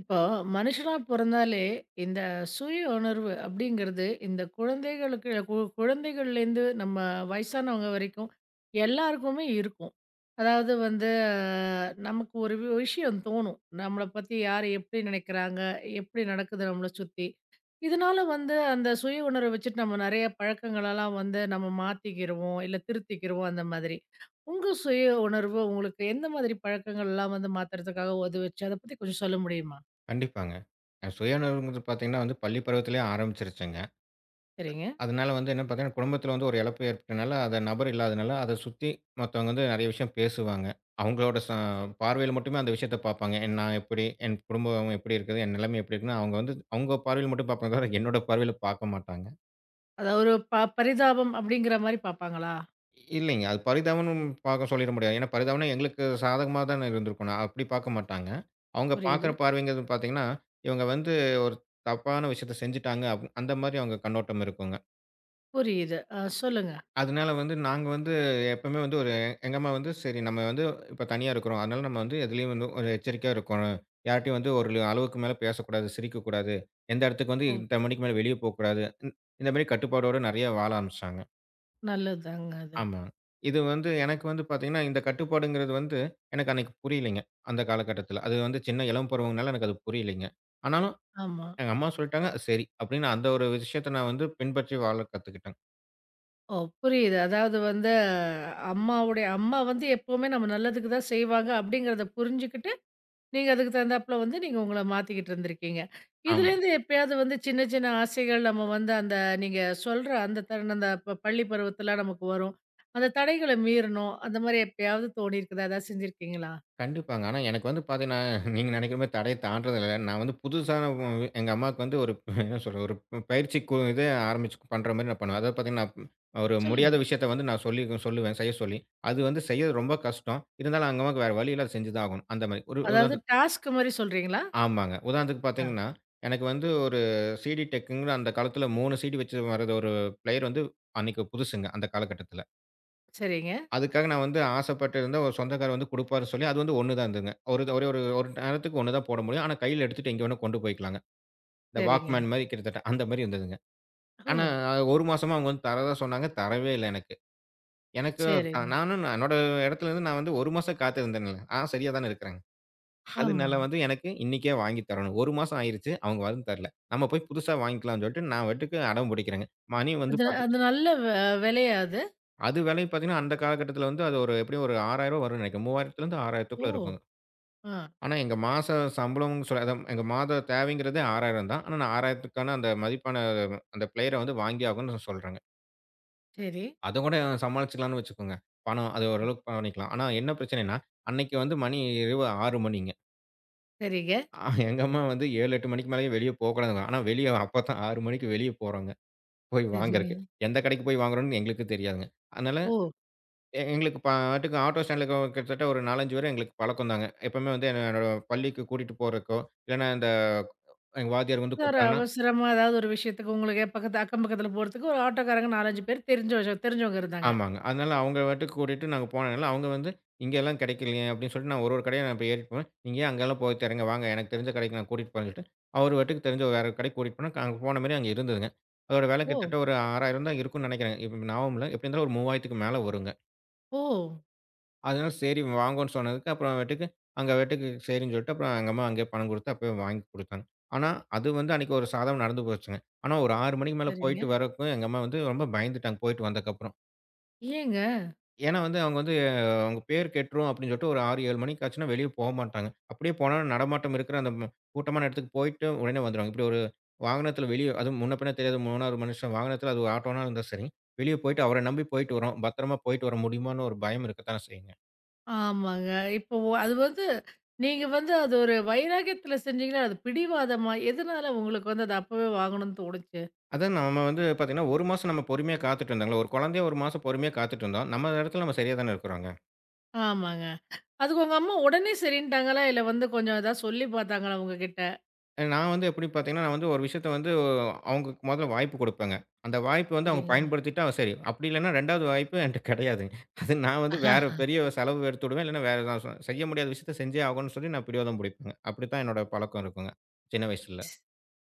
இப்போ மனுஷனா பொறந்தாலே இந்த சுய உணர்வு அப்படிங்கிறது இந்த குழந்தைகளுக்கு குழந்தைகள்லேருந்து நம்ம வயசானவங்க வரைக்கும் எல்லாருக்குமே இருக்கும். அதாவது வந்து நமக்கு ஒரு விஷயம் தோணும். நம்மளை பற்றி யார் எப்படி நினைக்கிறாங்க, எப்படி நடக்குது நம்மளை சுற்றி. இதனால வந்து அந்த சுய உணர்வை வச்சுட்டு நம்ம நிறைய பழக்கங்களெல்லாம் வந்து நம்ம மாற்றிக்கிடுவோம் இல்லை திருத்திக்கிடுவோம் அந்த மாதிரி. உங்கள் சுய உணர்வு உங்களுக்கு எந்த மாதிரி பழக்கங்கள்லாம் வந்து மாற்றுறதுக்காக உதவுச்சு, அதை பற்றி கொஞ்சம் சொல்ல முடியுமா? கண்டிப்பாங்க. அ சுயநலம்ங்கிறது பார்த்தீங்கன்னா வந்து பள்ளி பருவத்திலேயே ஆரம்பிச்சுருச்சுங்க. சரிங்க. அதனால வந்து என்ன பார்த்தீங்கன்னா, குடும்பத்தில வந்து ஒரு இழப்பு ஏற்பட்டனால, அந்த நபர் இல்லாதனால அத சுத்தி மத்தவங்க வந்து நெறைய விஷயம் பேசுவாங்க. அவங்களோட ச பார்வையில மட்டுமே அந்த விஷயத்த பார்ப்பாங்க. நான் எப்படி? என் குடும்பம் எப்படி இருக்குது? என் நிலைமை எப்படி இருக்குன்னு அவங்க வந்து அவங்க பார்வையில மட்டும் பார்ப்பாங்க தவிர, என்னோட பார்வையில பார்க்க மாட்டாங்க. அதாவது ஒரு பரிதாபம் அப்படிங்கிற மாரி பார்ப்பாங்களா? இல்லைங்க. அது பரிதாபம்ன்னு பார்க்க சொல்லிட முடியாது. ஏன்னா பரிதாபம்ன்னா எங்களுக்கு சாதகமா தானே இருந்திருக்கணும். அப்படி பார்க்க மாட்டாங்க. அவங்க புரியுது, பார்க்குற பார்வைங்கிறது பார்த்தீங்கன்னா, இவங்க வந்து ஒரு தப்பான விஷயத்த செஞ்சுட்டாங்க. அந்த மாரி அவங்க கண்ணோட்டம் இருக்குங்க. புரியுது. அ சொல்லுங்க. அதனால வந்து நாங்க வந்து எப்பவுமே வந்து ஒரு எங்க அம்மா வந்து சரி நம்ம வந்து இப்ப தனியா இருக்கிறோம். அதனால நம்ம வந்து எதுலயும் வந்து ஒரு எச்சரிக்கையா இருக்கணும். யார்ட்டயும் வந்து ஒரு அளவுக்கு மேல பேசக்கூடாது, சிரிக்கக்கூடாது. எந்த இடத்துக்கு வந்து ம். இத்தன மணிக்கு மேல வெளிய போக்கூடாது. இந்த மாரி கட்டுப்பாடோட நெறைய வாழ ஆரம்பிச்சாங்க. நல்லதுதாங்க அது. ஆமா. இது வந்து எனக்கு வந்து பார்த்தீங்கன்னா, இந்த கட்டுப்பாடுங்கிறது வந்து எனக்கு அன்னைக்கு புரியலைங்க. அந்த காலகட்டத்தில. அது வந்து சின்ன இளம் பருவம்னால எனக்கு அது புரியலைங்க. ஆனாலும் ஆமா. எங்க அம்மா சொல்லிட்டாங்க, சரி அப்படின்னு அந்த ஒரு விஷயத்த நான் வந்து பின்பற்றி வாழ கத்துக்கிட்டேன். ஓ! புரியுது. அதாவது வந்து அம்மாவுடைய அம்மா வந்து எப்பவுமே நம்ம நல்லதுக்கு தான் செய்வாங்க அப்படிங்கிறத புரிஞ்சுக்கிட்டு, நீங்க அதுக்கு தகுந்தாப்புல வந்து நீங்க உங்கள மாத்திக்கிட்டு இருந்திருக்கீங்க. ஆமா. இதுலேருந்து எப்பயாவது வந்து சின்ன சின்ன ஆசைகள் நம்ம வந்து அந்த நீங்க சொல்ற அந்த தருணம் அந்த பள்ளி பருவத்தில நமக்கு வரும். அந்த தடைகள மீறணும். அந்த மாரி எப்பயாவது தோணியிருக்குதா? ஏதாவது செஞ்சிருக்கீங்களா? கண்டிப்பாங்க. ஆனா எனக்கு வந்து பார்த்தீங்கன்னா, நீங்க நினைக்கிற மாரி தடைய தாண்டுறது இல்ல. நான் வந்து புதுசான உ எங்க அம்மாவுக்கு வந்து என்ன சொல்றது, ஒரு பயிற்சி இது ஆரம்பிச்சு பண்ற மாரி நான் பண்ணுவேன். அதாவது பார்த்தீங்கன்னா, ஒரு முடியாத சொல்லுங்க. விஷயத்த வந்து நான் சொல்லுவேன், செய்ய சொல்லி. அது வந்து செய்ய ரொம்ப கஷ்டம். இருந்தாலும் எங்க அம்மாவுக்கு வேற வழி இல்ல, அத செஞ்சு தான் ஆகணும். அந்த மாரி. ஒரு ஒரு அதாவது டாஸ்க் மாரி சொல்றீங்களா? ஆமாங்க. உதாரணத்துக்கு ஆ. பார்த்தீங்கன்னா, எனக்கு வந்து ஒரு சிடி டெக்குங்கிற அந்த காலத்தில 3 சிடி வச்சு வர்றது ஒரு பிளேயர் வந்து அன்னைக்கு புதுசுங்க, அந்த காலகட்டத்தில. சரிங்க, அதுக்காக நான் வந்து ஆசைப்பட்டு இருந்தேன். ஒரு சொந்தக்காரர் வந்து குடுப்பாருன்னு சொல்லி, அது வந்து 1 தான் இருந்ததுங்க. ஒரு ஒரே ஒரு ஒரு நேரத்துக்கு 1 தான் போட முடியும். ஆனா கையில எடுத்துட்டு எங்க வேணா கொண்டு போய்க்கலாங்க. இந்த சரிங்க. வாக்மேன் மாரி கிட்டத்தட்ட அந்த மாரி இருந்ததுங்க. ஓ! ஆனா 1 மாசமா அவங்க வந்து தர்றதா சொன்னாங்க. தரவே இல்ல எனக்கு. எனக்கு சரிங்க. நான் என்னோட இடத்துலருந்து நான் வந்து 1 மாசம் காத்திருந்தேன்ல. ஆ சரியா தானே இருக்கிறேன். ஆமா. அதனால வந்து எனக்கு இன்னைக்கே வாங்கி தரணும். 1 மாசம் ஆயிருச்சு. அவங்க வந்து தரல. நம்ம போய் புதுசா வாங்கிக்கலாம்ன்னு சொல்லிட்டு நான் பாட்டுக்கு அடம் பிடிக்கிறேங்க. மணி வந்து அது பாத்து அது நல்ல வெலையா அது? அது விலை பாத்தீங்கன்னா, அந்த காலகட்டத்தில வந்து அது ஒரு எப்படியும் ஒரு ரூ. 6,000 வரும்னு நினைக்கிறேன். 3000லேருந்து ஓ! 6000த்துக்குள்ள இருக்குங்க. ஆ. ஆனா எங்க மாச சம்பளம்னு சொல்ல அதான் எங்க மாத தேவைங்கிறதே 6,000 தான். ஆனா நான் 6,000க்கான அந்த மதிப்பான அந்த பிளேயர வந்து வாங்கி ஆகணும்னு நான் சொல்றேங்க. சரி. அதக்கூட சமாளிச்சுக்கலாம்ன்னு வச்சுக்கோங்க. பணம் அது ஓரளவுக்கு பண்ணிக்கலாம். ஆனா என்ன பிரச்சனைன்னா, அன்னைக்கு வந்து மணி இரவு 6 மணிங்க. சரிங்க, ஆ எங்க அம்மா வந்து 7, 8 மணிக்கு மேலேயே வெளிய போக்கூடாதுங்க. ஆனா, வெளிய அப்பதான் 6 மணிக்கு வெளிய போறோங்க. போய் வாங்குறக்கு. சரிங்க. எந்த கடைக்கு போய் வாங்குறோம்னு எங்களுக்கு தெரியாதுங்க. அதனால ஓ! எங்களுக்கு பாட்டுக்கு ஆட்டோ ஸ்டாண்டுக்கு கிட்டத்தட்ட ஒரு 4, 5 பேரும் எங்களுக்கு பழக்கம் தாங்க. எப்பவுமே வந்து என்னோட பள்ளிக்கு கூட்டிட்டு போறக்கோ, இல்லன்னா இந்த எங்க வாத்தியார் வந்து ஒரு கூப்பிட்டாங்கன்னா அவசரமா ஏதாவது ஒரு விஷயத்துக்கு உங்களுக்கு பக்கத்து அக்கம் பக்கத்துல போறதுக்கு ஒரு ஆட்டோக்காரங்க 4, 5 பேர் தெரிஞ்ச தெரிஞ்சவங்க இருந்தாங்க. ஆமாங்க. அதனால அவங்க பாட்டுக்கு கூட்டிட்டு நாங்க போனனால, அவங்க வந்து "இங்கலாம் கெடைக்கலையே" அப்படின்னு சொல்லிட்டு நான் ஒரு ஒரு கடையா நான் இப்ப ஏறிட்டு போவேன். "நீங்க ஏன் அங்கலாம் போய் தேடுறீங்க? வாங்க எனக்கு தெரிஞ்ச கடைக்கு நான் கூட்டிட்டு போறேன்னு" சொல்லிட்டு, அவரு பாட்டுக்கு தெரிஞ்ச ஒரு வேற கடைக்கு கூட்டிட்டு போனா, அங்க போன மாரி அங்க இருந்ததுங்க. அதோட வெல ஓ! கிட்டத்தட்ட ஒரு 6,000 தான் இருக்கும்னு நெனைக்கிறேங்க. இப்ப ஞாபகம் இல்ல. எப்படி இருந்தாலும் ஒரு 3000க்கு மேல வருங்க. ஓ! அதனால சரி வாங்கோன்னு சொன்னதுக்கு, அப்புறமேட்டுக்கு அங்கபாட்டுக்கு சரின்னு சொல்லிட்டு, அப்புறம் எங்க அம்மா அங்கேயே பணம் குடுத்து அப்பயே வாங்கி குடுத்தாங்க. ஆனா, அது வந்து அன்னைக்கு ஒரு சாதாரண நடந்து போச்சுங்க. ஆனா, ஒரு 6 மணிக்கு மேல சரிங்க. போயிட்டு வரக்கும் எங்க அம்மா வந்து ரொம்ப பயந்துட்டாங்க போயிட்டு வந்ததுக்கப்புறம். ஏங்க? ஏன்னா வந்து அவங்க வந்து அவங்க பேர் கெட்டுரும் அப்படின்னு சொல்லிட்டு ஒரு 6, 7 மணிக்கு ஆச்சுன்னா வெளிய போமாட்டாங்க. அப்படியே போனா நடமாட்டம் இருக்கிற அந்த ம கூட்டமான இடத்துக்கு போயிட்டு உடனே வந்துருவாங்க. இப்படி ஒரு வாகனத்தில வெளிய அதுவும் முன்ன பின்ன தெரியாத 3வது மனுஷன் வாகனத்தில அது ஒரு ஆட்டோனா இருந்தா சரி. வெளிய போயிட்டு அவர நம்பி போயிட்டு வரோம். பத்திரமா போயிட்டு வர முடியுமான்னு ஒரு பயம் இருக்கத்தானே செய்யுங்க. ஆமாங்க. இப்போ அது வந்து நீங்க வந்து அது ஒரு வைராக்கியத்துல செஞ்சீங்களா? அது பிடிவாதமா? எதனால உங்களுக்கு வந்து அது அப்பவே வாங்கணும்னு தோணுச்சு? அதான் நம்ம வந்து பார்த்தீங்கன்னா, 1 மாசம் நம்ம பொறுமையா காத்துட்டு இருந்தாங்கல்ல. ஒரு குழந்தையை 1 மாசம் பொறுமையா காத்துட்டு இருந்தோம். நம்ம இடத்துல நம்ம சரியா தானே இருக்கிறோங்க. ஆமாங்க. அதுக்கு உங்க அம்மா உடனே சரின்ட்டாங்களா? இல்ல வந்து கொஞ்சம் ஏதாவது சொல்லி பார்த்தாங்களா உங்ககிட்ட? நான் வந்து எப்படி பார்த்தீங்கன்னா, நான் வந்து ஒரு விஷயத்த வந்து அவங்களுக்கு மொதல்ல வாய்ப்பு குடுப்பேங்க. அந்த வாய்ப்பு வந்து அவங்க சரிங்க. பயன்படுத்திட்டா சரி. அப்படி இல்லன்னா 2வது வாய்ப்பு என்ட்ட கிடையாதுங்க. அது நான் வந்து வேற பெரிய செலவு எடுத்து விடுவேன். இல்லன்னா வேற நான் செய்ய முடியாத விஷயத்த செஞ்சே ஆகணும்னு சொல்லி நான் பிடிவாதம் பிடிப்பேங்க. அப்படித்தான் என்னோட பழக்கம் இருக்குங்க. சின்ன வயசுல.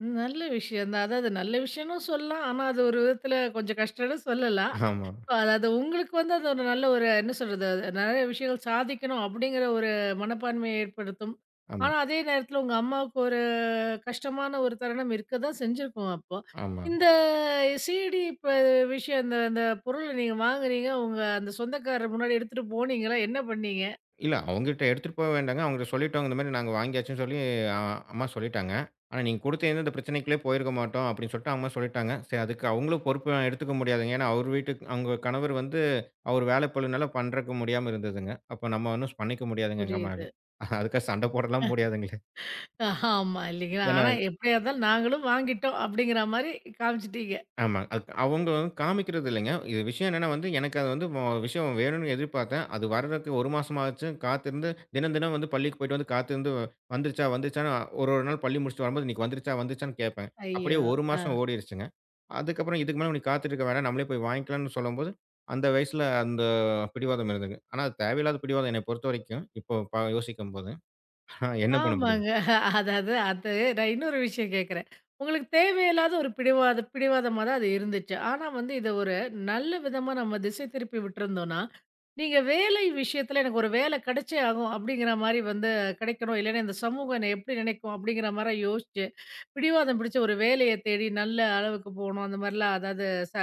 ம். நல்ல விஷயம் தான். அதாவது நல்ல விஷயம்னு சொல்லலாம். ஆனா அது ஒரு விதத்துல கொஞ்சம் கஷ்டம்னு சொல்லலாம். ஆமா, அதாவது உங்களுக்கு வந்து அது ஒரு நல்ல ஒரு என்ன சொல்றது? நெறைய விஷயங்கள் சாதிக்கணும் அப்படிங்கிற ஒரு மனப்பான்மையை ஏற்படுத்தும். ஆமா, ஆனா அதே நேரத்துல உங்க அம்மாவுக்கு ஒரு கஷ்டமான ஒரு தருணம் இருக்க தான் செஞ்சிருக்கும் அப்போ. ஆமா. இந்த சிடி இப்ப விஷயம் இந்த இந்த பொருள நீங்க வாங்குனீங்க. உங்க அந்த சொந்தக்காரர் முன்னாடி எடுத்துட்டு போனீங்களா? என்ன பண்ணீங்க? இல்ல. அவங்ககிட்ட எடுத்துட்டு போக வேண்டாங்க. அவங்ககிட்ட சொல்லிட்டோம். இந்த மாரி நாங்க வாங்கியாச்சுன்னு சொல்லி அ அம்மா சொல்லிட்டாங்க. ஆனா நீங்க குடுத்து இந்த பிரச்சனைக்குள்ளே போயிருக்க மாட்டோம் அப்படின்னு சொல்லிட்டு அம்மா சொல்லிட்டாங்க. சரி அதுக்கு அவங்களும் பொறுப்பு எடுத்துக்க முடியாதுங்க. ஏன்னா அவர் வீட்டுக்கு அவங்க கணவர் வந்து அவர் வேலை பளுனால பண்றக்கு முடியாம இருந்ததுங்க. அப்ப நம்ம ஒண்ணும் பண்ணிக்க முடியாதுங்க எங்க புரியுது. மேலயும். அதுக்காக சண்டை போடலாம் முடியாதுங்களே. ஆமா இல்லைங்களா? ஏன்னா ஆனா எப்படியா இருந்தாலும் நாங்களும் வாங்கிட்டோம் அப்படிங்கிற மாரி காமிச்சுட்டீங்க. ஆமா. அது அவங்க வந்து காமிக்கிறது இல்லைங்க. இது விஷயம் என்னன்னா வந்து, எனக்கு அது வந்து விஷயம் வேணும்னு எதிர்பார்த்தேன். அது வர்றதுக்கு 1 மாசமாச்சு காத்திருந்து, தினம் தினம் வந்து பள்ளிக்கு போயிட்டு வந்து காத்திருந்து வந்துருச்சான்னு ஒரு ஒரு நாள் பள்ளி முடிச்சுட்டு வரும்போது, இன்னைக்கு வந்துருச்சான்னு கேட்பேன். அப்படியே ஐயோ! 1 ஆ. மாசம் ஓடிருச்சுங்க. அதுக்கப்புறம் இதுக்கு மேல நீ காத்துட்டு இருக்க வேணாம். நம்மளே போய் வாங்கிக்கலாம்னு சொல்லும்போது, அந்த வயசுல அந்த பிடிவாதம் இருந்தது. ஆனா அது தேவையில்லாத பிடிவாதம் என்னை பொறுத்தவரைக்கும், இப்போ யோசிக்கும்போது. என்ன பண்ண முடியும்? ஆமாங்க. அதாவது அது நான் இன்னொரு விஷயம் கேட்கிறேன். உங்களுக்கு தேவையில்லாத ஒரு பிடிவாதமா தான் அது இருந்துச்சு. ஆனா வந்து இத ஒரு நல்ல விதமா நம்ம திசை திருப்பி விட்டுருந்தோம்னா, நீங்க வேலை விஷயத்துல எனக்கு ஒரு வேலை கிடைச்சே ஆகும் அப்படிங்கிற மாரி வந்து கிடைக்கணும். இல்லைன்னா இந்த சமூகம் என்ன எப்படி நினைக்கும் அப்படிங்கிற மாரி யோசிச்சு, பிடிவாதம் பிடிச்ச ஒரு வேலைய தேடி நல்ல அளவுக்கு போணும். அந்த மாரிலாம் அதாவது ச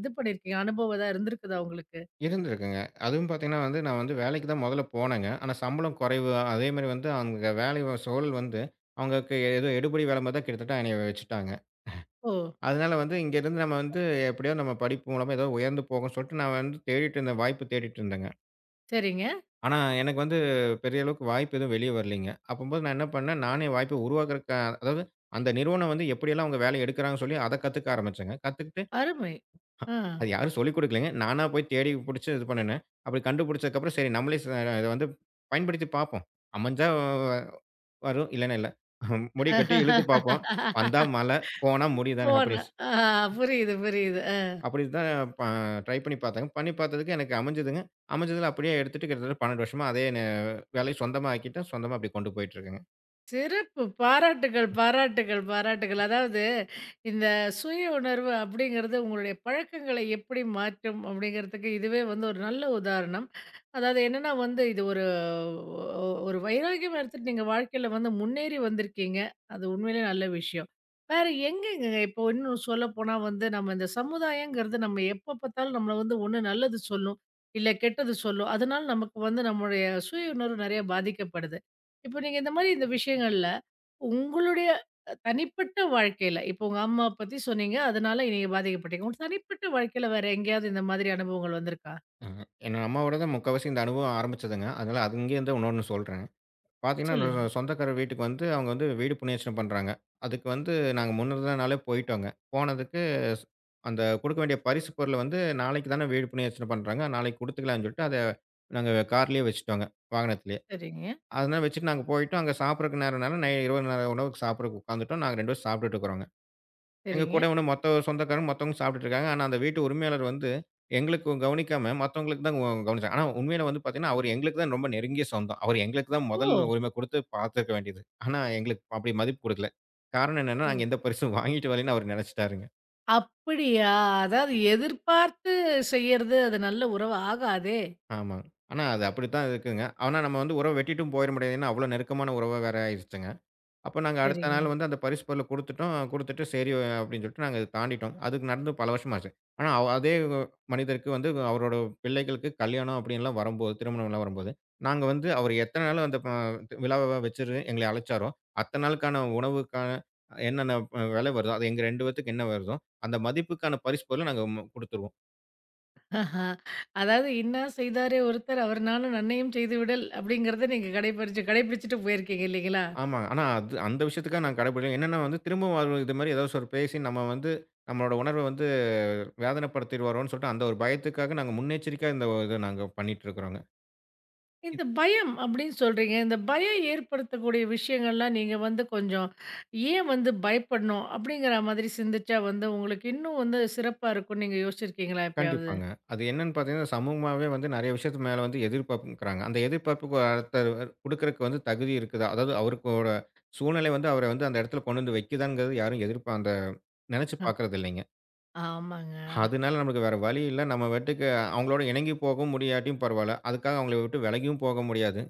இது பண்ணியிருக்கீங்க. அனுபவம் ஏதாவது இருந்திருக்குதா உங்களுக்கு? இருந்திருக்குங்க. அதுவும் பார்த்தீங்கன்னா வந்து, நான் வந்து வேலைக்கு தான் முதல்ல போனேங்க. ஆனா சம்பளம் குறைவு. அதேமாரி வந்து அங்க சூழல் வந்து அவங்களுக்கு ஏதோ எடுபிடி வேலை மாரி தான் கிட்டத்தட்ட என்னைய வச்சுட்டாங்க. ஓ! அதனால வந்து இங்கேருந்து நம்ம வந்து எப்படியோ நம்ம படிப்பு மூலமா ஏதோ உயர்ந்து போகணும்னு சொல்லிட்டு நான் வந்து தேடிட்டு இருந்தேன். வாய்ப்பு தேடிட்டு இருந்தேங்க. சரிங்க. ஆனா எனக்கு வந்து பெரிய அளவுக்கு வாய்ப்பு எதுவும் வெளிய வரலீங்க. அப்பம்போது நான் என்ன பண்ணேன், நானே வாய்ப்ப உருவாக்குறக்கு அதாவது அந்த நிறுவனம் வந்து எப்படியெல்லாம் அவங்க வேலை எடுக்கிறாங்கன்னு சொல்லி அத கத்துக்க ஆரம்பிச்சேங்க. கத்துக்கிட்டு அருமை. ஆ. அது யாரும் சொல்லிக் குடுக்கலங்க. நானா போய் தேடி புடிச்சு இது பண்ணுனேன். அப்படி கண்டுபிடிச்சதுக்கப்புறம் சரி நம்மளே ச இத வந்து பயன்படுத்தி பார்ப்போம். அமைஞ்சா வ- வரும், இல்லன்னா இல்ல. முடி கட்டி இழுத்து பார்ப்போம். வந்தா மழை, போனா முடி தானே ஓன ஆ புரியுது, புரியுது. அப்படி தான் ப ட்ரை பண்ணி பார்த்தேங்க. பண்ணி பார்த்ததுக்கு எனக்கு அமைஞ்சதுங்க. அமைஞ்சதுல அப்படியே எடுத்துட்டு கிட்டத்தட்ட 12 வருஷமா அதே நே வேலைய சொந்தமா ஆக்கிட்டேன். சொந்தமா அப்படி கொண்டு போயிட்டுருக்கேங்க. சிறப்பு! பாராட்டுகள், பாராட்டுகள், பாராட்டுகள். அதாவது இந்த சுய உணர்வு அப்படிங்கிறது உங்களுடைய பழக்கங்களை எப்படி மாற்றும் அப்படிங்கிறதுக்கு இதுவே வந்து ஒரு நல்ல உதாரணம். அதாவது என்னன்னா வந்து இது ஒரு ஒரு வைராக்கியமா எடுத்துட்டு நீங்க வாழ்க்கையில வந்து முன்னேறி வந்திருக்கீங்க. அது உண்மையிலேயே நல்ல விஷயம். வேற எங்கங்க இப்போ இன்னும் சொல்லப்போனா வந்து நம்ம இந்த சமுதாயங்கிறது நம்ம எப்ப பார்த்தாலும் நம்மள வந்து ஒண்ணு நல்லது சொல்லும், இல்ல கெட்டது சொல்லும். அதனால நமக்கு வந்து நம்முடைய சுய உணர்வு நெறைய பாதிக்கப்படுது. இப்போ நீங்க இந்த மாரி இந்த விஷயங்கள்ல, உங்களுடைய அ தனிப்பட்ட வாழ்க்கையில, இப்போ உங்க அம்மா பத்தி சொன்னீங்க. அதனால நீங்க பாதிக்கப்பட்டீங்க. உங்க தனிப்பட்ட வாழ்க்கையில வேற எங்கேயாவது இந்த மாதிரி அனுபவங்கள் வந்திருக்கா? ம். என்னோட அம்மாவோட தான் முக்காவாசி இந்த அனுபவம் ஆரம்பிச்சதுங்க. அதனால அங்கேருந்து இன்னொன்னு சொல்றேன். பார்த்தீங்கன்னா, என்னோட சொல்லுங்க. சொந்தக்கார வீட்டுக்கு வந்து அவங்க வந்து வீடு புண்ணியார்ச்சனை பண்றாங்க. அதுக்கு வந்து நாங்க முந்தின நாளே போயிட்டோங்க. போனதுக்கு ஸ் அந்த குடுக்க வேண்டிய பரிசு பொருள வந்து நாளைக்கு தானே வீடு புண்ணியார்ச்சனை பண்றாங்க. நாளைக்கு குடுத்துக்கலாம்னு சொல்லிட்டு அத நாங்க கார்லயே வச்சுட்டோங்க. வாகனத்திலேயே. சரிங்க, அதெல்லாம் வச்சுட்டு நாங்க போயிட்டோம். அங்க சாப்பிடறக்கு நேரம்னால நை இரவு நேர உணவுக்கு சாப்பிடறக்கு உட்காந்துட்டோம். நாங்க 2 பேரும் சாப்பிட்டுட்டு இருக்கிறோங்க. எங்க சரிங்க. கூட வந்து மொத்த சொந்தக்காரங்க மத்தவங்க சாப்பிட்டுட்டு இருக்காங்க. ஆனா அந்த வீட்டு உரிமையாளர் வந்து எங்களுக்கு கவனிக்காம மத்தவங்களுக்கு தான் கவனிச்சாங்க. ஆனா உண்மையில வந்து பார்த்தீங்கன்னா, அவரு எங்களுக்கு தான் ரொம்ப நெருங்கிய சொந்தம். அவரு எங்களுக்கு தான் ஓ! முதல் உரிமை குடுத்து பார்த்துக்க வேண்டியது. ஆனா எங்களுக்கு அப்படி மதிப்பு குடுக்கல. காரணம் என்னன்னா, ம். நாங்க எந்த பரிசும் வாங்கிட்டு வரலன்னு அவரு நெனச்சுட்டாருங்க. அப்படியா? அதாவது எதிர்பார்த்து செய்யறது, அது நல்ல உறவு ஆகாதே. ஆமாங்க. ஆனா அது அப்படித்தான் இருக்குங்க. ஆனா நம்ம வந்து உறவ வெட்டிட்டும் போயிற முடியாது. ஏன்னா அவ்வளோ நெருக்கமான உறவா வேற ஆயிருச்சுங்க. அப்ப நாங்க அடுத்த சரிங்க. நாள் வந்து அந்த பரிசு பொருள குடுத்துட்டோம். குடுத்துட்டு சரி அப்படின்னு சொல்லிட்டு நாங்க தாண்டிட்டோம். அதுக்கு நடந்து பல வருஷமாச்சு. ஆனா அதே மனிதருக்கு வந்து அவரோட பிள்ளைகளுக்கு கல்யாணம் அப்படின்லாம் வரும்போது, திருமணம்லாம் வரும்போது, நாங்க வந்து அவர் எத்தன நாள் அந்த ப விழாவ வச்சுரு எங்கள அழைச்சாரோ, அத்தன நாளுக்கான உணவுக்கான என்னென்ன விலை வருதோ, அது எங்க 2 பேத்துக்கு என்ன வருதோ, அந்த மதிப்புக்கான பரிசு பொருள நாங்க குடுத்துருவோம். ஆஹா. அதாவது "இன்னா செய்தாரே ஒருத்தர், அவர்னாலும் நன்மையும் செய்து விடல்" அப்படிங்கிறத நீங்க கடைபிடிச்சுட்டு போயிருக்கீங்க இல்லைங்களா? ஆமாங்க. ஆனா அது அந்த விஷயத்துக்காக நாங்க கடைபிடிக்கல. என்னன்னா வந்து திரும்பவும் அவர் இது மாரி ஏதாவது ஒரு பேசி நம்ம வந்து நம்மளோட உணர்வ வந்து வேதனைப்படுத்திருவாரோன்னு சொல்லிட்டு அந்த ஒரு பயத்துக்காக நாங்க முன்னெச்சரிக்கையா இந்த இத நாங்க பண்ணிட்டு இருக்கிறோங்க. இந்த இத் பயம் அப்படின்னு சொல்றீங்க. இந்த பயம் ஏற்படுத்தக்கூடிய விஷயங்கள்லாம் நீங்க வந்து கொஞ்சம், "ஏன் வந்து பயப்படணும்?" அப்படிங்கிற மாதிரி சிந்திச்சா வந்து உங்களுக்கு இன்னும் வந்து சிறப்பா இருக்கும்னு நீங்க யோசிச்சிருக்கீங்களா எப்பயாவது? கண்டிப்பாங்க. அது என்னன்னு பார்த்தீங்கன்னா, சமூகமாவே வந்து நெறைய விஷயத்து மேல வந்து எதிர்பார்க்கிறாங்க. அந்த எதிர்பார்ப்புக்கு ஒருத்தர் குடுக்குறக்கு வந்து தகுதி இருக்குதா? அதாவது அவருக்கோட சூழ்நிலை வந்து அவர வந்து அந்த இடத்துல கொண்டு வந்து வைக்குதாங்கிறது யாரும் எதிர்ப்பா அந்த நெனைச்சு பார்க்கறது இல்லைங்க. ஆமாங்க. அதனால நமக்கு வேற வழி இல்ல. நம்ம பாட்டுக்கு அவங்களோட இணங்கி போகவும் முடியாட்டியும் பரவால்ல. அதுக்காக அவங்கள விட்டு விலகியும் போக முடியாது.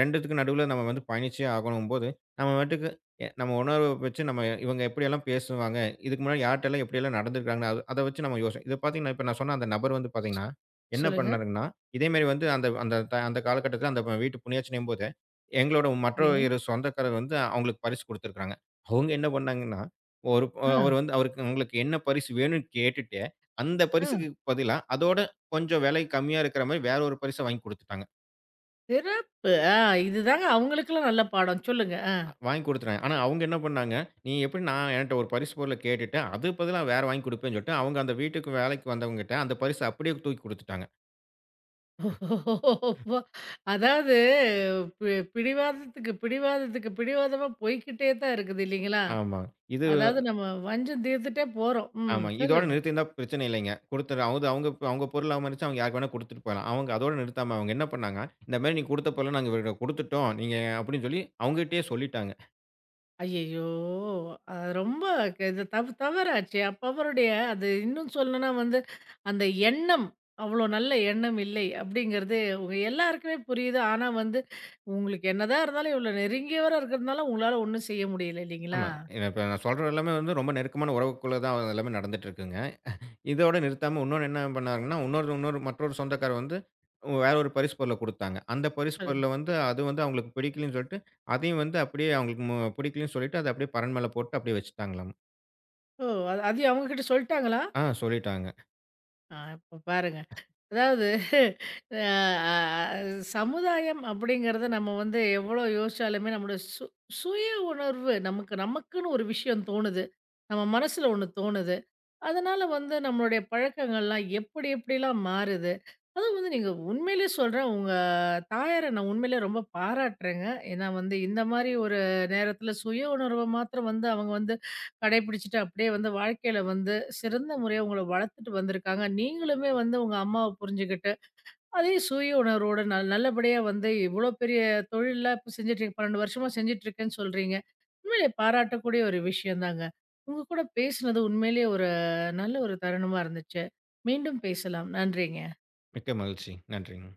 2த்துக்கும் நடுவுல நம்ம வந்து பயணிச்சே ஆகணும்போது, நம்ம பாட்டுக்கு நம்ம உணர்வ வச்சு நம்ம இவங்க எப்படியெல்லாம் பேசுவாங்க, இதுக்கு முன்னாடி யார்ட்டலாம் எப்படியெல்லாம் நடந்துருக்காங்க, அது அத வச்சு நம்ம யோசி இத பார்த்தீங்கன்னா, இப்ப நான் சொன்ன அந்த நபர் வந்து ஸ்- பார்த்தீங்கன்னா, என்ன சொல்லுங்க. பண்ணாருங்கன்னா, இதே மாரி வந்து அந்த அந்த த அந்த காலகட்டத்தில அந்த வீட்டு புண்ணியாச்சினையும்போது, எங்களோட மற்ற சரிங்க. 2 சொந்தக்காரர் வந்து அவங்களுக்கு பரிசு குடுத்துருக்காங்க. அவங்க என்ன பண்ணாங்கன்னா, ஒரு ஆ, அவரு வந்து அவருக்கு உங்களுக்கு என்ன பரிசு வேணும்னு கேட்டுட்டு அந்த ஆ. பரிசுக்கு பதிலா, அதோட கொஞ்சம் விலை கம்மியா இருக்கிற மாரி வேற ஒரு பரிச வாங்கி குடுத்துட்டாங்க. சிறப்பு. ஆ இதுதாங்க அவங்களுக்கெல்லாம் நல்ல பாடம். சொல்லுங்க. ஆ. வாங்கி குடுத்துட்டாங்க. ஆனா, அவங்க என்ன பண்ணாங்க, நீ எப்படி நான் என்ட்ட ஒரு பரிசு பொருள கேட்டுட்டு, அதுக்கு பதிலா வேற வாங்கி குடுப்பேன்னு சொல்லிட்டு, அவங்க அந்த வீட்டுக்கு வேலைக்கு வந்தவங்ககிட்ட அந்த பரிச அப்படியே தூக்கி குடுத்துட்டாங்க. ஓஹோ! அதாவது பிடிவாதத்துக்கு பிடிவாதத்துக்கு பிடிவாதமா போய்க்கிட்டே தான் இருக்குது இல்லைங்களா? ஆமா. இது அதாவது நம்ம வஞ்சம் தீர்த்துட்டே போறோம். ம். ஆமா. இதோட சொல்லுங்க. நிறுத்தியிருந்தா பிரச்சனை இல்லைங்க. குடுத்துட்டு அது அவங்க அவங்க பொருளா மதிச்சு அவங்க யாருக்கு வேணா குடுத்துட்டு போலாம். அவங்க அதோட நிறுத்தாம அவங்க என்ன பண்ணாங்க, இந்த மாரி நீ குடுத்த பொருள நாங்க இவர்ட்ட குடுத்துட்டோம். நீங்க அப்படின்னு சொல்லி அவங்ககிட்டயே சொல்லிட்டாங்க. ஐயய்யோ! அது ரொம்ப இது தவறாச்சே! அப்ப அவருடைய அது இன்னும் சொல்லணும்னா வந்து, அந்த எண்ணம் அவ்ளோ நல்ல எண்ணம் இல்லை அப்படிங்கிறது உங்க எல்லாருக்குமே புரியுது. ஆனா வந்து, உங்களுக்கு என்னதான் இருந்தாலும் இவ்ளோ நெருங்கியவரா இருக்கிறதுனால, உங்களால ஒண்ணும் செய்ய முடியல இல்லைங்களா? ஆமா. இப்ப நான் சொல்றது எல்லாமே வந்து ரொம்ப நெருக்கமான உறவுக்குள்ள தான் எல்லாமே நடந்துட்டு இருக்குங்க. இதோட நிறுத்தாம இன்னொன்னு என்ன பண்ணாங்கன்னா, இன்னொரு இன்னொரு மற்றொரு சொந்தக்காரர் வந்து வேற ஒரு பரிசு பொருள குடுத்தாங்க. அந்த பரிசு சொல்லுங்க. பொருள வந்து அது வந்து அவங்களுக்கு பிடிக்கலன்னு சொல்லிட்டு, அதையும் வந்து அப்படியே அவங்களுக்கு பிடிக்கலன்னு சொல்லிட்டு, அத அப்படியே பரண் மேல போட்டு அப்படியே வச்சுட்டாங்களாம். ஓ! அது அதையும் அவங்க கிட்ட சொல்ட்டாங்களா? ஆ சொல்லிட்டாங்க. ஆ இப்ப பாருங்க. அதாவது அ அ சமுதாயம் அப்படிங்கிறத நம்ம வந்து எவ்வளோ யோசிச்சாலுமே நம்முடைய சுய உணர்வு நமக்கு நமக்குன்னு ஒரு விஷயம் தோணுது. நம்ம மனசுல ஒண்ணு தோணுது. அதனால வந்து நம்மளுடைய பழக்கங்கள்லாம் எப்படி எப்படிலாம் மாறுது. அதுவும் வந்து நீங்க உண்மையிலே சொல்றேன், உங்க தாயார நான் உண்மையிலே ரொம்ப பாராட்டுறேங்க. ஏன்னா வந்து இந்த மாரி ஒரு நேரத்தில சுய உணர்வ மாத்திரம் வந்து அவங்க வந்து கடைபிடிச்சுட்டு அப்படியே வந்து வாழ்க்கையில வந்து சிறந்த முறையா உங்கள வளர்த்துட்டு வந்திருக்காங்க. நீங்களுமே வந்து உங்க அம்மாவ புரிஞ்சுகிட்டு அதே சுய உணர்வோட நல்லபடியா வந்து இவ்வளோ பெரிய தொழில்லாம் இப்ப செஞ்சுட்டு இருக்க 12 வருஷமா செஞ்சுட்டு இருக்கேன்னு சொல்றீங்க. உண்மையிலேயே பாராட்டக்கூடிய ஒரு விஷயம் தாங்க. உங்க கூட பேசினது உண்மையிலேயே ஒரு நல்ல ஒரு தருணமா இருந்துச்சு. மீண்டும் பேசலாம். நன்றிங்க. மிக்க மகிழ்ச்சி. நன்றிங்க.